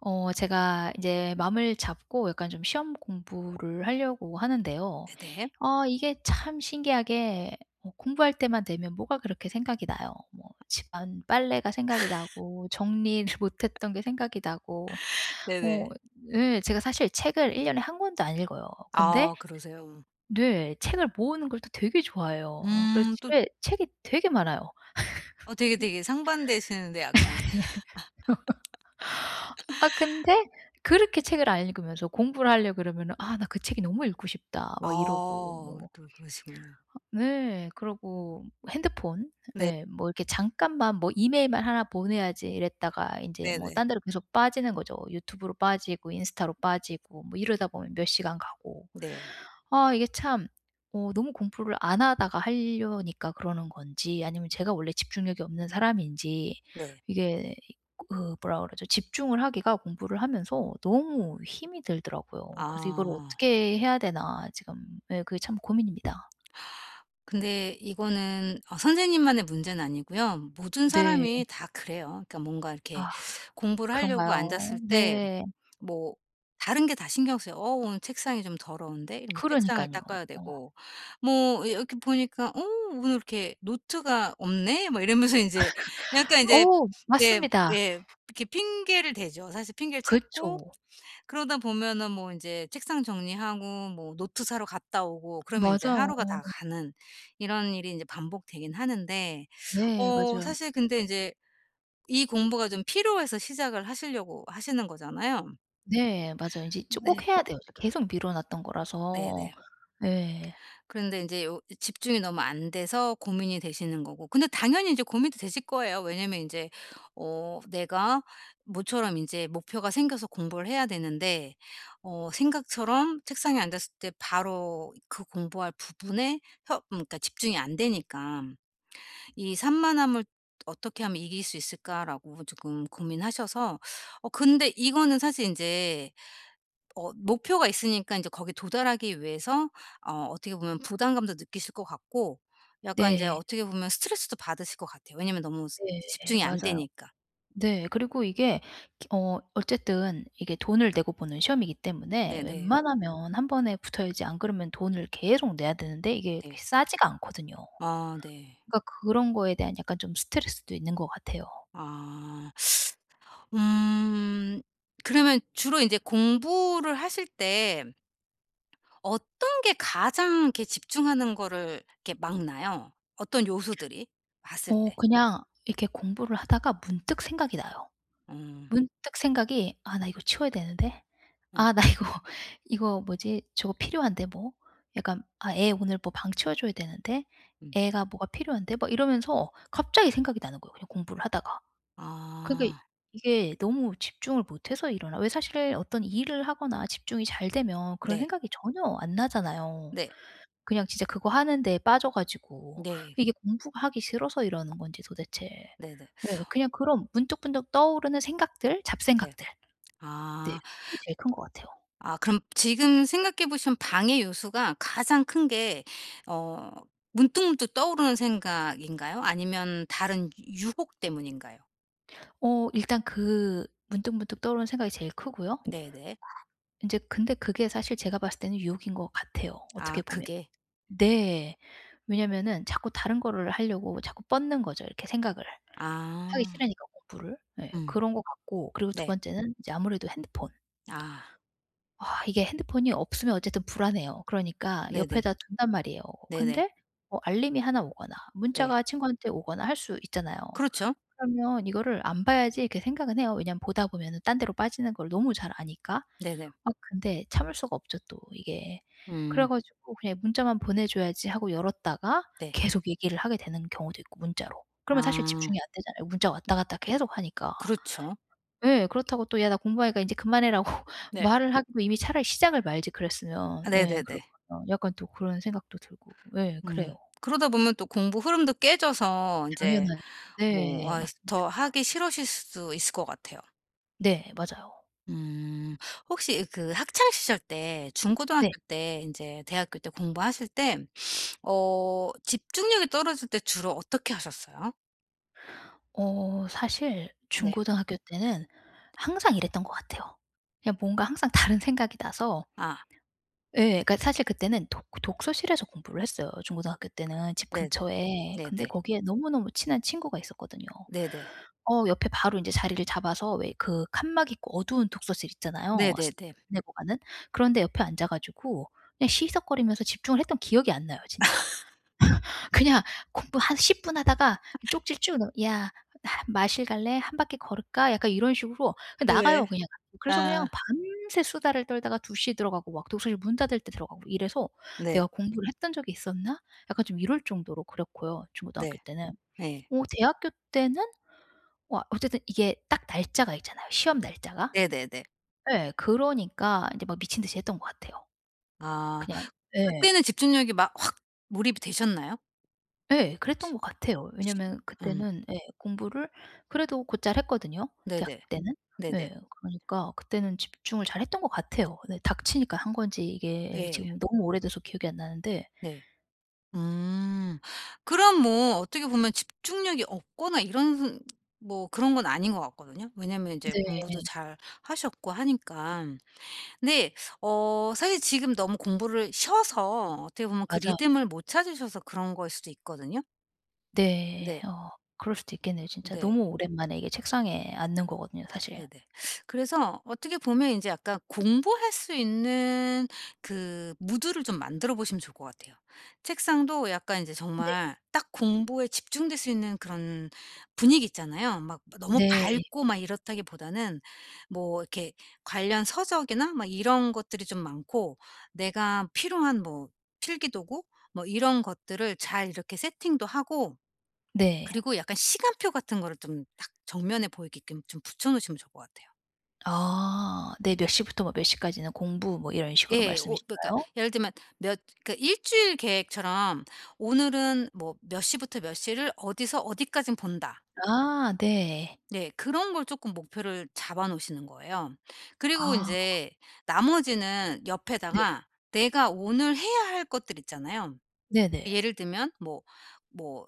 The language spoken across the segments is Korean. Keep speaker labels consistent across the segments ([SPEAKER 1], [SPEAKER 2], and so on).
[SPEAKER 1] 어 제가 이제 마음을 잡고 약간 좀 시험 공부를 하려고 하는데요.
[SPEAKER 2] 네네.
[SPEAKER 1] 어 이게 참 신기하게 어 공부할 때만 되면 뭐가 그렇게 생각이 나요. 뭐 집안 빨래가 생각이 나고 정리를 못 했던 게 생각이 나고
[SPEAKER 2] 네네.
[SPEAKER 1] 어 네, 제가 사실 책을 1 년에 한 권도 안 읽어요. 근데
[SPEAKER 2] 아, 그러세요.
[SPEAKER 1] 늘 책을 모으는 걸 또 되게 좋아해요. 그래서
[SPEAKER 2] 또
[SPEAKER 1] 집에 책이 되게 많아요.
[SPEAKER 2] 어 되게 상반되시는데 약간
[SPEAKER 1] 아 근데 그렇게 책을 안 읽으면서 공부를 하려 그러면은 '아 나 그 책이 너무 읽고 싶다.' 막 이러고
[SPEAKER 2] 아,
[SPEAKER 1] 뭐
[SPEAKER 2] 또 그러시군요.
[SPEAKER 1] 네. 그러고 핸드폰
[SPEAKER 2] 네.
[SPEAKER 1] 예 뭐 이렇게 잠깐만 뭐 이메일만 하나 보내야지 이랬다가 인제 뭐
[SPEAKER 2] 네네.
[SPEAKER 1] 딴 데로 계속 빠지는 거죠. 유튜브로 빠지고 인스타로 빠지고 뭐 이러다 보면 몇 시간 가고.
[SPEAKER 2] 네.
[SPEAKER 1] 아 이게 참 어 너무 공부를 안 하다가 하려니까 그러는 건지 아니면 제가 원래 집중력이 없는 사람인지
[SPEAKER 2] 네.
[SPEAKER 1] 이게 그 뭐라 그러죠? 집중을 하기가 공부를 하면서 너무 힘이 들더라고요. 그래서 '이걸
[SPEAKER 2] 아.
[SPEAKER 1] 어떻게 해야 되나.' 지금 네, 그게 참 고민입니다.
[SPEAKER 2] 근데 이거는 선생님만의 문제는 아니고요. 모든
[SPEAKER 1] 네.
[SPEAKER 2] 사람이 다 그래요. 그러니까 뭔가 이렇게
[SPEAKER 1] 아
[SPEAKER 2] 공부를 하려고
[SPEAKER 1] 그런가요?
[SPEAKER 2] 앉았을 때
[SPEAKER 1] 네.
[SPEAKER 2] 뭐 다른 게 다 신경 쓰여요. '어, 오늘 책상이 좀 더러운데?'
[SPEAKER 1] 그
[SPEAKER 2] 이러면서
[SPEAKER 1] 러니까
[SPEAKER 2] 책상을
[SPEAKER 1] 요
[SPEAKER 2] 닦아야 되고, 뭐 이렇게 보니까 '어, 오늘 이렇게 노트가 없네?' 막 이러면서 이제 약간 이제,
[SPEAKER 1] 어
[SPEAKER 2] 네,
[SPEAKER 1] 맞습니다.
[SPEAKER 2] 예, 이렇게 핑계를 대죠. 사실 핑계를 찾고,
[SPEAKER 1] 그쵸.
[SPEAKER 2] 그러다 보면은 뭐 이제 책상 정리하고 뭐 노트 사러 갔다 오고, 그러면 이제
[SPEAKER 1] 맞아요.
[SPEAKER 2] 하루가 다 가는 이런 일이 이제 반복되긴 하는데,
[SPEAKER 1] 네 맞아요.
[SPEAKER 2] 사실 근데 이제 이 공부가 좀 필요해서 시작을 하시려고 하시는 거잖아요.
[SPEAKER 1] 네. 맞아요. 인제 쭉
[SPEAKER 2] 네.
[SPEAKER 1] 꼭 해야 돼요. 계속 미뤄 놨던 거라서.
[SPEAKER 2] 네네.
[SPEAKER 1] 예.
[SPEAKER 2] 그런데 인제 요 집중이 너무 안 돼서 고민이 되시는 거고, 근데 당연히 인제 고민도 되실 거예요. 왜냐면 인제 내가 모처럼 인제 목표가 생겨서 공부를 해야 되는데, 생각처럼 책상에 앉았을 때 바로 그 공부할 부분에, 혀 그러니까 집중이 안 되니까 이 산만함을 '어떻게 하면 이길 수 있을까?'라고 지금 고민하셔서. 근데 이거는 사실 인제, 목표가 있으니까 이제 거기에 도달하기 위해서, 어떻게 보면 부담감도 느끼실 것 같고, 약간 이제
[SPEAKER 1] 네.
[SPEAKER 2] 어떻게 보면 스트레스도 받으실 것 같아요. 왜냐면 너무 스
[SPEAKER 1] 네.
[SPEAKER 2] 집중이 안
[SPEAKER 1] 맞아요.
[SPEAKER 2] 되니까.
[SPEAKER 1] 네. 그리고 이게 기 어 어쨌든 이게 돈을 내고 보는 시험이기 때문에
[SPEAKER 2] 네네. 네.
[SPEAKER 1] 웬만하면 한 번에 붙어야지 안 그러면 돈을 계속 내야 되는데 이게
[SPEAKER 2] 네.
[SPEAKER 1] 싸지가 않거든요.
[SPEAKER 2] 아 네.
[SPEAKER 1] 그러니까 그런 거에 대한 약간 좀 스트레스도 있는 것 같아요.
[SPEAKER 2] 아. 음. 그러면 주로 이제 공부를 하실 때 어떤 게 가장 이렇게 집중하는 거를 이렇게 막나요? 어떤 요소들이 봤을
[SPEAKER 1] 어
[SPEAKER 2] 때?
[SPEAKER 1] 그냥 이렇게 공부를 하다가 문득 생각이 나요.
[SPEAKER 2] 음.
[SPEAKER 1] 문득 생각이 '아 나 이거 치워야 되는데.
[SPEAKER 2] 음
[SPEAKER 1] 아 나 이거 이거 뭐지? 저거 필요한데 뭐.' 약간 '아 애 오늘 뭐 방 치워 줘야 되는데.
[SPEAKER 2] 음.
[SPEAKER 1] 애가 뭐가 필요한데.' 막 이러면서 갑자기 생각이 나는 거예요, 그냥 공부를 하다가. 그러니까
[SPEAKER 2] 아.
[SPEAKER 1] 이게 너무 집중을 못 해서 이러나 왜 사실 어떤 일을 하거나 집중이 잘 되면 그런
[SPEAKER 2] 네.
[SPEAKER 1] 생각이 전혀 안 나잖아요.
[SPEAKER 2] 네.
[SPEAKER 1] 그냥 진짜 그거 하는 데에 빠져 가지고
[SPEAKER 2] 네.
[SPEAKER 1] 이게 공부가 하기 싫어서 이러는 건지 도대체.
[SPEAKER 2] 네네.
[SPEAKER 1] 예. 그냥 그런 문득문득 떠오르는 생각들,
[SPEAKER 2] 네.
[SPEAKER 1] 잡생각들. 네.
[SPEAKER 2] 아.
[SPEAKER 1] 그게 제일 큰 것 같아요.
[SPEAKER 2] 아, 그럼 지금 생각해 보시면 방해 요소가 가장 큰 게 어 문득문득 떠오르는 생각인가요? 아니면 다른 유혹 때문인가요?
[SPEAKER 1] 어 일단 그 문득문득 떠오르는 생각이 제일 크고요.
[SPEAKER 2] 네네.
[SPEAKER 1] 인제 근데 그게 사실 제가 봤을 때는 유혹인 것 같아요,
[SPEAKER 2] 아
[SPEAKER 1] 어떻게 보면.
[SPEAKER 2] 그게.
[SPEAKER 1] 네. 왜냐면은 자꾸 다른 거를 하려고 자꾸 뻗는 거죠, 이렇게 생각을. 하기
[SPEAKER 2] 아.
[SPEAKER 1] 싫으니까 공부를. 예.
[SPEAKER 2] 음.
[SPEAKER 1] 그런 것 같고 그리고 두
[SPEAKER 2] 네.
[SPEAKER 1] 번째는 이제 아무래도 핸드폰.
[SPEAKER 2] 아.
[SPEAKER 1] 아 이게 핸드폰이 없으면 어쨌든 불안해요. 그러니까
[SPEAKER 2] 네네.
[SPEAKER 1] 옆에다 둔단 말이에요.
[SPEAKER 2] 네네.
[SPEAKER 1] 근데 뭐 알림이 하나 오거나
[SPEAKER 2] 네.
[SPEAKER 1] 문자가 친구한테 오거나 할 수 있잖아요.
[SPEAKER 2] 그렇죠.
[SPEAKER 1] 그러면 이거를 안 봐야지 이렇게 생각은 해요. 왜냐면 보다 보면은 딴 데로 빠지는 걸 너무 잘 아니까.
[SPEAKER 2] 네네.
[SPEAKER 1] 아 근데 참을 수가 없죠 또 이게. 그래
[SPEAKER 2] 음.
[SPEAKER 1] 가지고 그냥 '문자만 보내 줘야지.' 하고 열었다가
[SPEAKER 2] 네.
[SPEAKER 1] 계속 얘기를 하게 되는 경우도 있고 문자로. 그러면 사실
[SPEAKER 2] 아.
[SPEAKER 1] 집중이 안 되잖아요 문자 왔다 갔다 계속 하니까.
[SPEAKER 2] 그렇죠.
[SPEAKER 1] 예. 그렇다고 또 "야 나 공부하니까 인제 그만해라고."
[SPEAKER 2] 네.
[SPEAKER 1] 말을 하기도. 이미 차라리 시작을 말지 그랬으면.
[SPEAKER 2] 아
[SPEAKER 1] 예
[SPEAKER 2] 네네네.
[SPEAKER 1] 그렇거든요. 약간 또 그런 생각도 들고. 예
[SPEAKER 2] 음.
[SPEAKER 1] 그래요.
[SPEAKER 2] 그러다 보면 또 공부 흐름도 깨져서 이제
[SPEAKER 1] 당연하죠.
[SPEAKER 2] 뭐,
[SPEAKER 1] 네
[SPEAKER 2] 아,
[SPEAKER 1] 맞습니다.
[SPEAKER 2] 더 하기 싫으실 수도 있을 것 같아요.
[SPEAKER 1] 네 맞아요.
[SPEAKER 2] 음. 혹시 그 학창 시절 때, 중고등학교
[SPEAKER 1] 네.
[SPEAKER 2] 때, 이제 대학교 때 공부하실 때 집중력이 떨어질 때 주로 어떻게 하셨어요?
[SPEAKER 1] 어 사실
[SPEAKER 2] 네.
[SPEAKER 1] 중고등학교 때는 항상 이랬던 것 같아요. 그냥 뭔가 항상 다른 생각이 나서
[SPEAKER 2] 아
[SPEAKER 1] 예 그러니까 사실 그때는 독 독서실에서 공부를 했어요, 중고등학교 때는 집
[SPEAKER 2] 네네.
[SPEAKER 1] 근처에. 근데
[SPEAKER 2] 네네.
[SPEAKER 1] 거기에 너무너무 친한 친구가 있었거든요.
[SPEAKER 2] 네네.
[SPEAKER 1] 어 옆에 바로 인제 자리를 잡아서 왜 그 칸막 있고 어두운 독서실 있잖아요. 스
[SPEAKER 2] 네네네.
[SPEAKER 1] 내고 가는. 그런 데 옆에 앉아 가지고 그냥 시시석거리면서 집중을 했던 기억이 안 나요, 진짜. 그냥 공부 한 10분 하다가 쪽지 쭉 넘 "야 하 마실 갈래? 한 바퀴 걸을까?" 약간 이런 식으로 그냥
[SPEAKER 2] 왜?
[SPEAKER 1] 나가요 그냥. 그래서 그냥
[SPEAKER 2] 아
[SPEAKER 1] 밤새 수다를 떨다가 2 시에 들어가고 막 독서실 문 닫을 때 들어가고 이래서
[SPEAKER 2] 네.
[SPEAKER 1] '내가 공부를 했던 적이 있었나?' 약간 좀 이럴 정도로 그랬고요 중고등학교
[SPEAKER 2] 네.
[SPEAKER 1] 때는.
[SPEAKER 2] 네.
[SPEAKER 1] 어 대학교 때는 와 어쨌든 이게 딱 날짜가 있잖아요 시험 날짜가.
[SPEAKER 2] 네네네.
[SPEAKER 1] 예. 그러니까 인제 막 미친 듯이 했던 것 같아요.
[SPEAKER 2] 아,
[SPEAKER 1] 그냥 예.
[SPEAKER 2] 그때는 집중력이 막 확, 몰입이 되셨나요?
[SPEAKER 1] 예. 그랬던 것 같아요.
[SPEAKER 2] 시
[SPEAKER 1] 왜냐면
[SPEAKER 2] 음.
[SPEAKER 1] 그때는 예 공부를 그래도 곧잘 했거든요, 대학
[SPEAKER 2] 네네.
[SPEAKER 1] 때는.
[SPEAKER 2] 네네.
[SPEAKER 1] 예. 그러니까 그때는 집중을 잘했던 것 같아요. 네 닥치니까 한 건지 이게
[SPEAKER 2] 예.
[SPEAKER 1] 지금 너무 오래돼서 기억이 안 나는데
[SPEAKER 2] 네. 음. 그럼 뭐 어떻게 보면 집중력이 없거나 이런, 뭐 그런 건 아닌 것 같거든요. 왜냐면 이제
[SPEAKER 1] 네.
[SPEAKER 2] 공부도 잘 하셨고 하니까. 근데 사실 지금 너무 공부를 쉬어서 어떻게 보면 그
[SPEAKER 1] 맞아요.
[SPEAKER 2] 리듬을 못 찾으셔서 그런 거일 수도 있거든요.
[SPEAKER 1] 네.
[SPEAKER 2] 네.
[SPEAKER 1] 어 그럴 수도 있겠네요 진짜.
[SPEAKER 2] 네.
[SPEAKER 1] 너무 오랜만에 이게 책상에 앉는 거거든요 사실.
[SPEAKER 2] 네네. 그래서 어떻게 보면 이제 약간 공부할 수 있는 그 무드를 좀 만들어 보시면 좋을 것 같아요. 책상도 약간 이제
[SPEAKER 1] 네.
[SPEAKER 2] 정말 딱 공부에 집중될 수 있는 그런 분위기 있잖아요. 막 너무
[SPEAKER 1] 네.
[SPEAKER 2] 밝고 막 이렇다기보다는 뭐 이렇게 관련 서적이나 막 이런 것들이 좀 많고, 내가 필요한 뭐 필기도구 뭐 이런 것들을 잘 이렇게 세팅도 하고,
[SPEAKER 1] 네.
[SPEAKER 2] 그리고 약간 시간표 같은 거를 좀 딱 정면에 보이게끔 좀 붙여 놓으시면 좋을 것 같아요.
[SPEAKER 1] 아. 네 몇 시부터 뭐 몇 시까지는 공부 뭐 이런 식으로
[SPEAKER 2] 예. 오, 그러니까
[SPEAKER 1] 말씀이신가요?
[SPEAKER 2] 예를 들면 몇, 그러니까 일주일 계획처럼 오늘은 뭐 몇 시부터 몇 시를 어디서 어디까지 본다.
[SPEAKER 1] 아 네.
[SPEAKER 2] 네. 그런 걸 조금 목표를 잡아 놓으시는 거예요. 그리고 이
[SPEAKER 1] 아
[SPEAKER 2] 제 나머지는
[SPEAKER 1] 네.
[SPEAKER 2] 옆에다가 내가 오늘 해야 할 것들 있잖아요.
[SPEAKER 1] 네네.
[SPEAKER 2] 예를 들면 뭐뭐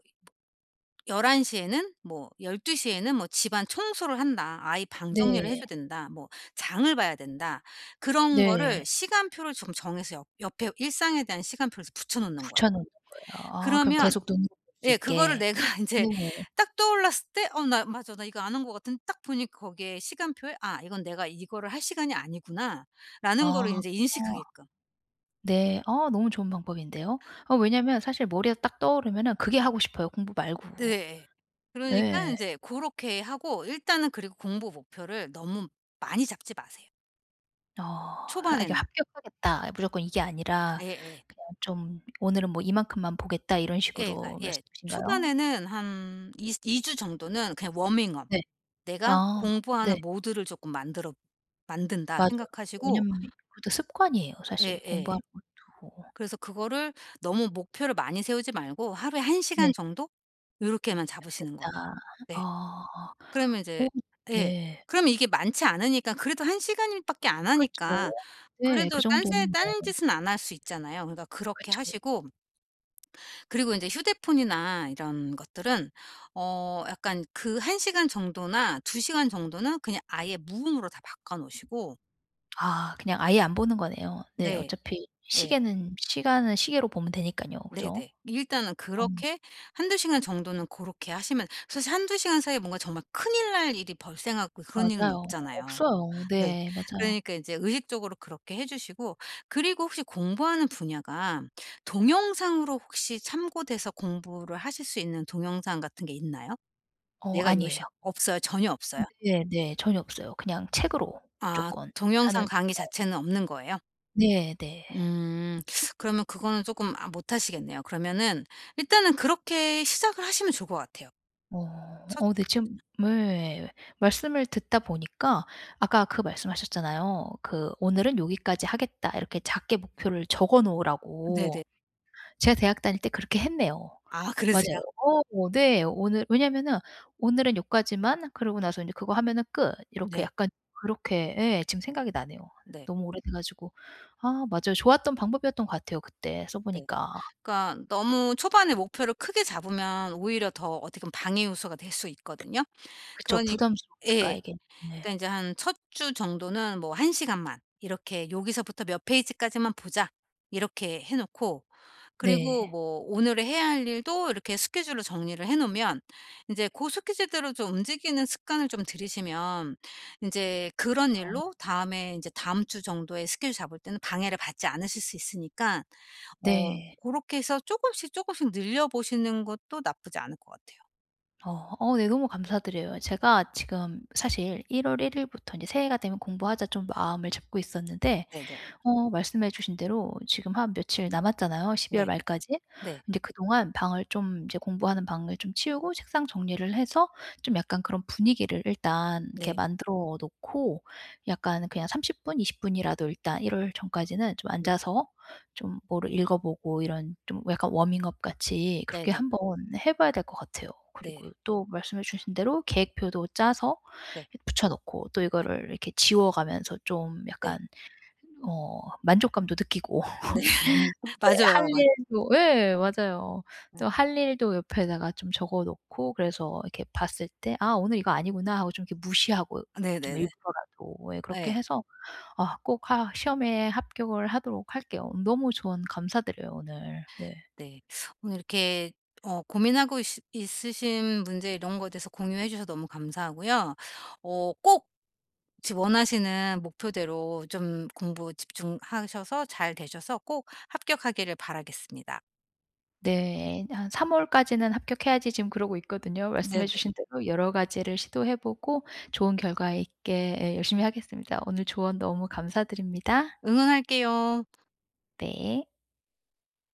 [SPEAKER 2] 11시 에는 뭐 12시 에는 뭐 집안 청소를 한다. 아이 방 정리를 해
[SPEAKER 1] 네.
[SPEAKER 2] 줘야 된다. 뭐 장을 봐야 된다. 그런 거를
[SPEAKER 1] 네.
[SPEAKER 2] 시간표를 좀 정해서 옆 옆에 일상에 대한 시간표를 붙여 놓는 거예요.
[SPEAKER 1] 붙여 놓는 거예요. 아 그럼
[SPEAKER 2] 그러면,
[SPEAKER 1] 계속 눈으로 볼 수
[SPEAKER 2] 예, 그거를
[SPEAKER 1] 있게.
[SPEAKER 2] 내가
[SPEAKER 1] 네.
[SPEAKER 2] 인제 딱 떠올랐을 때 '어, 나 맞아. 나 이거 안 한 것 같은데.' 딱 보니 거기에 시간표에 '아, 이건 내가 이거를 할 시간이 아니구나.'라는 거를
[SPEAKER 1] 아.
[SPEAKER 2] 인제
[SPEAKER 1] 어
[SPEAKER 2] 인식하게끔.
[SPEAKER 1] 네. 아 너무 좋은 방법인데요. 어 왜냐면 사실 머리에 딱 떠오르면은 그게 하고 싶어요, 공부 말고.
[SPEAKER 2] 네. 그러니까
[SPEAKER 1] 예.
[SPEAKER 2] 인제 고렇게 하고 일단은, 그리고 공부 목표를 너무 많이 잡지 마세요,
[SPEAKER 1] 어. 아 이게
[SPEAKER 2] 초반에는.
[SPEAKER 1] '합격하겠다.' 무조건 이게 아니라
[SPEAKER 2] 예예.
[SPEAKER 1] 그냥 좀 '오늘은 뭐 이만큼만 보겠다.' 이런
[SPEAKER 2] 예 그러니까
[SPEAKER 1] 식으로
[SPEAKER 2] 예.
[SPEAKER 1] 말씀이신가요?
[SPEAKER 2] 초반에는 한이2주 정도는 그냥 워밍업.
[SPEAKER 1] 네.
[SPEAKER 2] '내가
[SPEAKER 1] 아 네.
[SPEAKER 2] 공부하는 모드를 조금 만들어 만든다.'
[SPEAKER 1] 맞아요.
[SPEAKER 2] 생각하시고.
[SPEAKER 1] 왜냐면 그것도 습관이에요, 사실
[SPEAKER 2] 예예.
[SPEAKER 1] 공부하는 것도.
[SPEAKER 2] 그래서 그거를 너무 목표를 많이 세우지 말고 하루에 1시간 시간
[SPEAKER 1] 네.
[SPEAKER 2] 정도 요렇게만 잡으시는
[SPEAKER 1] 보겠다.
[SPEAKER 2] 거예요.
[SPEAKER 1] 어.
[SPEAKER 2] 네. 그러면 이제.
[SPEAKER 1] 어
[SPEAKER 2] 예.
[SPEAKER 1] 네.
[SPEAKER 2] 그러면 이게 많지 않으니까, 그래도 1시간 시간 밖에 안
[SPEAKER 1] 그쵸.
[SPEAKER 2] 하니까
[SPEAKER 1] 네. 그
[SPEAKER 2] 그래도 딴새
[SPEAKER 1] 정도는 뭐
[SPEAKER 2] 딴짓은 안 할 수 있잖아요. 그러니까 그렇게
[SPEAKER 1] 그쵸.
[SPEAKER 2] 하시고, 그리고 이제 휴대폰이나 이런 것들은 약간 그 1시간 시간 정도나 2시간 시간 정도는 그냥 아예 무음으로 다 바꿔 놓으시고.
[SPEAKER 1] 아 그냥 아예 안 보는 거네요. 네.
[SPEAKER 2] 네.
[SPEAKER 1] 어차피
[SPEAKER 2] 네
[SPEAKER 1] 시계는 시간은 시계로 보면 되니깐요.
[SPEAKER 2] 네네.
[SPEAKER 1] 그죠?
[SPEAKER 2] 일단은
[SPEAKER 1] 어
[SPEAKER 2] 그렇게 1~2시간 시간 정도는 고렇게 하시면 사실 1~2시간 시간 사이에 뭔가 정말 큰일 날 일이 발생하고 그런 일은
[SPEAKER 1] 맞아요.
[SPEAKER 2] 없잖아요.
[SPEAKER 1] 없어요.
[SPEAKER 2] 네.
[SPEAKER 1] 네. 맞아요.
[SPEAKER 2] 그러니까 이제 의식적으로 그렇게 해 주시고, 그리고 혹시 공부하는 분야가 동영상으로 혹시 참고돼서 공부를 하실 수 있는 동영상 같은 게 있나요?
[SPEAKER 1] 어
[SPEAKER 2] 내가 요시
[SPEAKER 1] 아니에요.
[SPEAKER 2] 없어요. 전혀 없어요.
[SPEAKER 1] 네 네. 전혀 없어요. 그냥 책으로
[SPEAKER 2] 아,
[SPEAKER 1] 무조건
[SPEAKER 2] 동영상
[SPEAKER 1] 하는
[SPEAKER 2] 강의 자체는 없는 거예요?
[SPEAKER 1] 네 네.
[SPEAKER 2] 음. 그러면 그거는 조금, 아, 못 하시겠네요. 그러면은 일단은 그렇게 시작을 하시면 좋을 것 같아요.
[SPEAKER 1] 어.
[SPEAKER 2] 첫
[SPEAKER 1] 어 근데 지금 네. 말씀을 듣다 보니까 아까 그 말씀하셨잖아요. 그 "오늘은 여기까지 하겠다." 이렇게 작게 목표를 적어 놓으라고.
[SPEAKER 2] 네네.
[SPEAKER 1] 제가 대학 다닐 때 그렇게 했네요.
[SPEAKER 2] 아
[SPEAKER 1] 맞아요.
[SPEAKER 2] 그러세요?
[SPEAKER 1] 어 네. 오늘 왜냐면은 오늘은 요까지만 그러고 나서 인제 그거 하면은 끝. 이렇게
[SPEAKER 2] 네.
[SPEAKER 1] 약간 그렇게 예 지금 생각이 나네요.
[SPEAKER 2] 네.
[SPEAKER 1] 너무 오래돼 가지고. 아 맞아요. 좋았던 방법이었던 것 같아요 그때 써
[SPEAKER 2] 네.
[SPEAKER 1] 보니까.
[SPEAKER 2] 그러니까 너무 초반에 목표를 크게 잡으면 오히려 더 어떻게 보면 방해 요소가 될 수 있거든요.
[SPEAKER 1] 그쵸.
[SPEAKER 2] 그러니.
[SPEAKER 1] 부담스러우니까
[SPEAKER 2] 예.
[SPEAKER 1] 이게. 네.
[SPEAKER 2] 그러니까 제한 첫 주 정도는 뭐 한 시간만 이렇게 '여기서부터 몇 페이지까지만 보자.' 이렇게 해 놓고, 그리고
[SPEAKER 1] 네.
[SPEAKER 2] 뭐 오늘의 해야 할 일도 이렇게 스케줄로 정리를 해 놓으면, 이제 그 스케줄대로 좀 움직이는 습관을 좀 들이시면, 이제 그런
[SPEAKER 1] 저
[SPEAKER 2] 일로 다음에 이제 다음 주 정도에 스케줄 잡을 때는 방해를 받지 않으실 수 있으니까,
[SPEAKER 1] 네.
[SPEAKER 2] 그렇게 해서 조금씩 조금씩 늘려 보시는 것도 나쁘지 않을 것 같아요.
[SPEAKER 1] 어. 어 네 너무 감사드려요. 제가 지금 사실 1월 1 일부터 인제 새해가 되면 공부하자 좀 마음을 잡고 있었는데
[SPEAKER 2] 네 네.
[SPEAKER 1] 어 말씀해 주신 대로 지금 한 며칠 남았잖아요, 12월
[SPEAKER 2] 네.
[SPEAKER 1] 말까지.
[SPEAKER 2] 네.
[SPEAKER 1] 근데 그동안 방을 좀 이제 공부하는 방을 좀 치우고 책상 정리를 해서 좀 약간 그런 분위기를 일단 이렇게 만들어 놓고 약간 그냥 30 분, 20 분이라도 일단 일월 전까지는 좀
[SPEAKER 2] 네.
[SPEAKER 1] 앉아서 좀 뭐를 읽어 보고 이런 좀 약간 워밍업 같이
[SPEAKER 2] 네네.
[SPEAKER 1] 그렇게
[SPEAKER 2] 네.
[SPEAKER 1] 한번 해 봐야 될 것 같아요.
[SPEAKER 2] 네.
[SPEAKER 1] 그리고 또 말씀해 주신 대로 계획표도 짜서
[SPEAKER 2] 네.
[SPEAKER 1] 붙여 놓고 또 이거를 이렇게 지워 가면서 좀
[SPEAKER 2] 네.
[SPEAKER 1] 약간 어 만족감도 느끼고
[SPEAKER 2] 네.
[SPEAKER 1] 네 할
[SPEAKER 2] 맞아요. 맞아.
[SPEAKER 1] 일도 예 맞아요.
[SPEAKER 2] 요
[SPEAKER 1] 또 할 일도 옆에다가 좀 적어 놓고 그래서 이렇게 봤을 때 '아 오늘 이거 아니구나.' 하고 좀 이렇게 무시하고 좀
[SPEAKER 2] 네네네.
[SPEAKER 1] 일부러라도 예 그렇게
[SPEAKER 2] 예.
[SPEAKER 1] 해서 아 꼭 하 시험에 합격을 하도록 할게요. 너무 조언 감사드려요 오늘. 네.
[SPEAKER 2] 네. 오늘 이렇게 고민하고 있으신 문제 이런 거에 대해서 공유해 주셔서 너무 감사하고요. 꼭 지 원하시는 목표대로 좀 공부 집중하셔서 잘 되셔서 꼭 합격하기를 바라겠습니다.
[SPEAKER 1] 네. 한 3 월까지는 합격해야지 지금 그러고 있거든요. 말씀해
[SPEAKER 2] 네네.
[SPEAKER 1] 주신 대로 여러 가지를 시도해 보고 좋은 결과 있게 예 열심히 하겠습니다. 오늘 조언 너무 감사드립니다.
[SPEAKER 2] 응원할게요.
[SPEAKER 1] 네.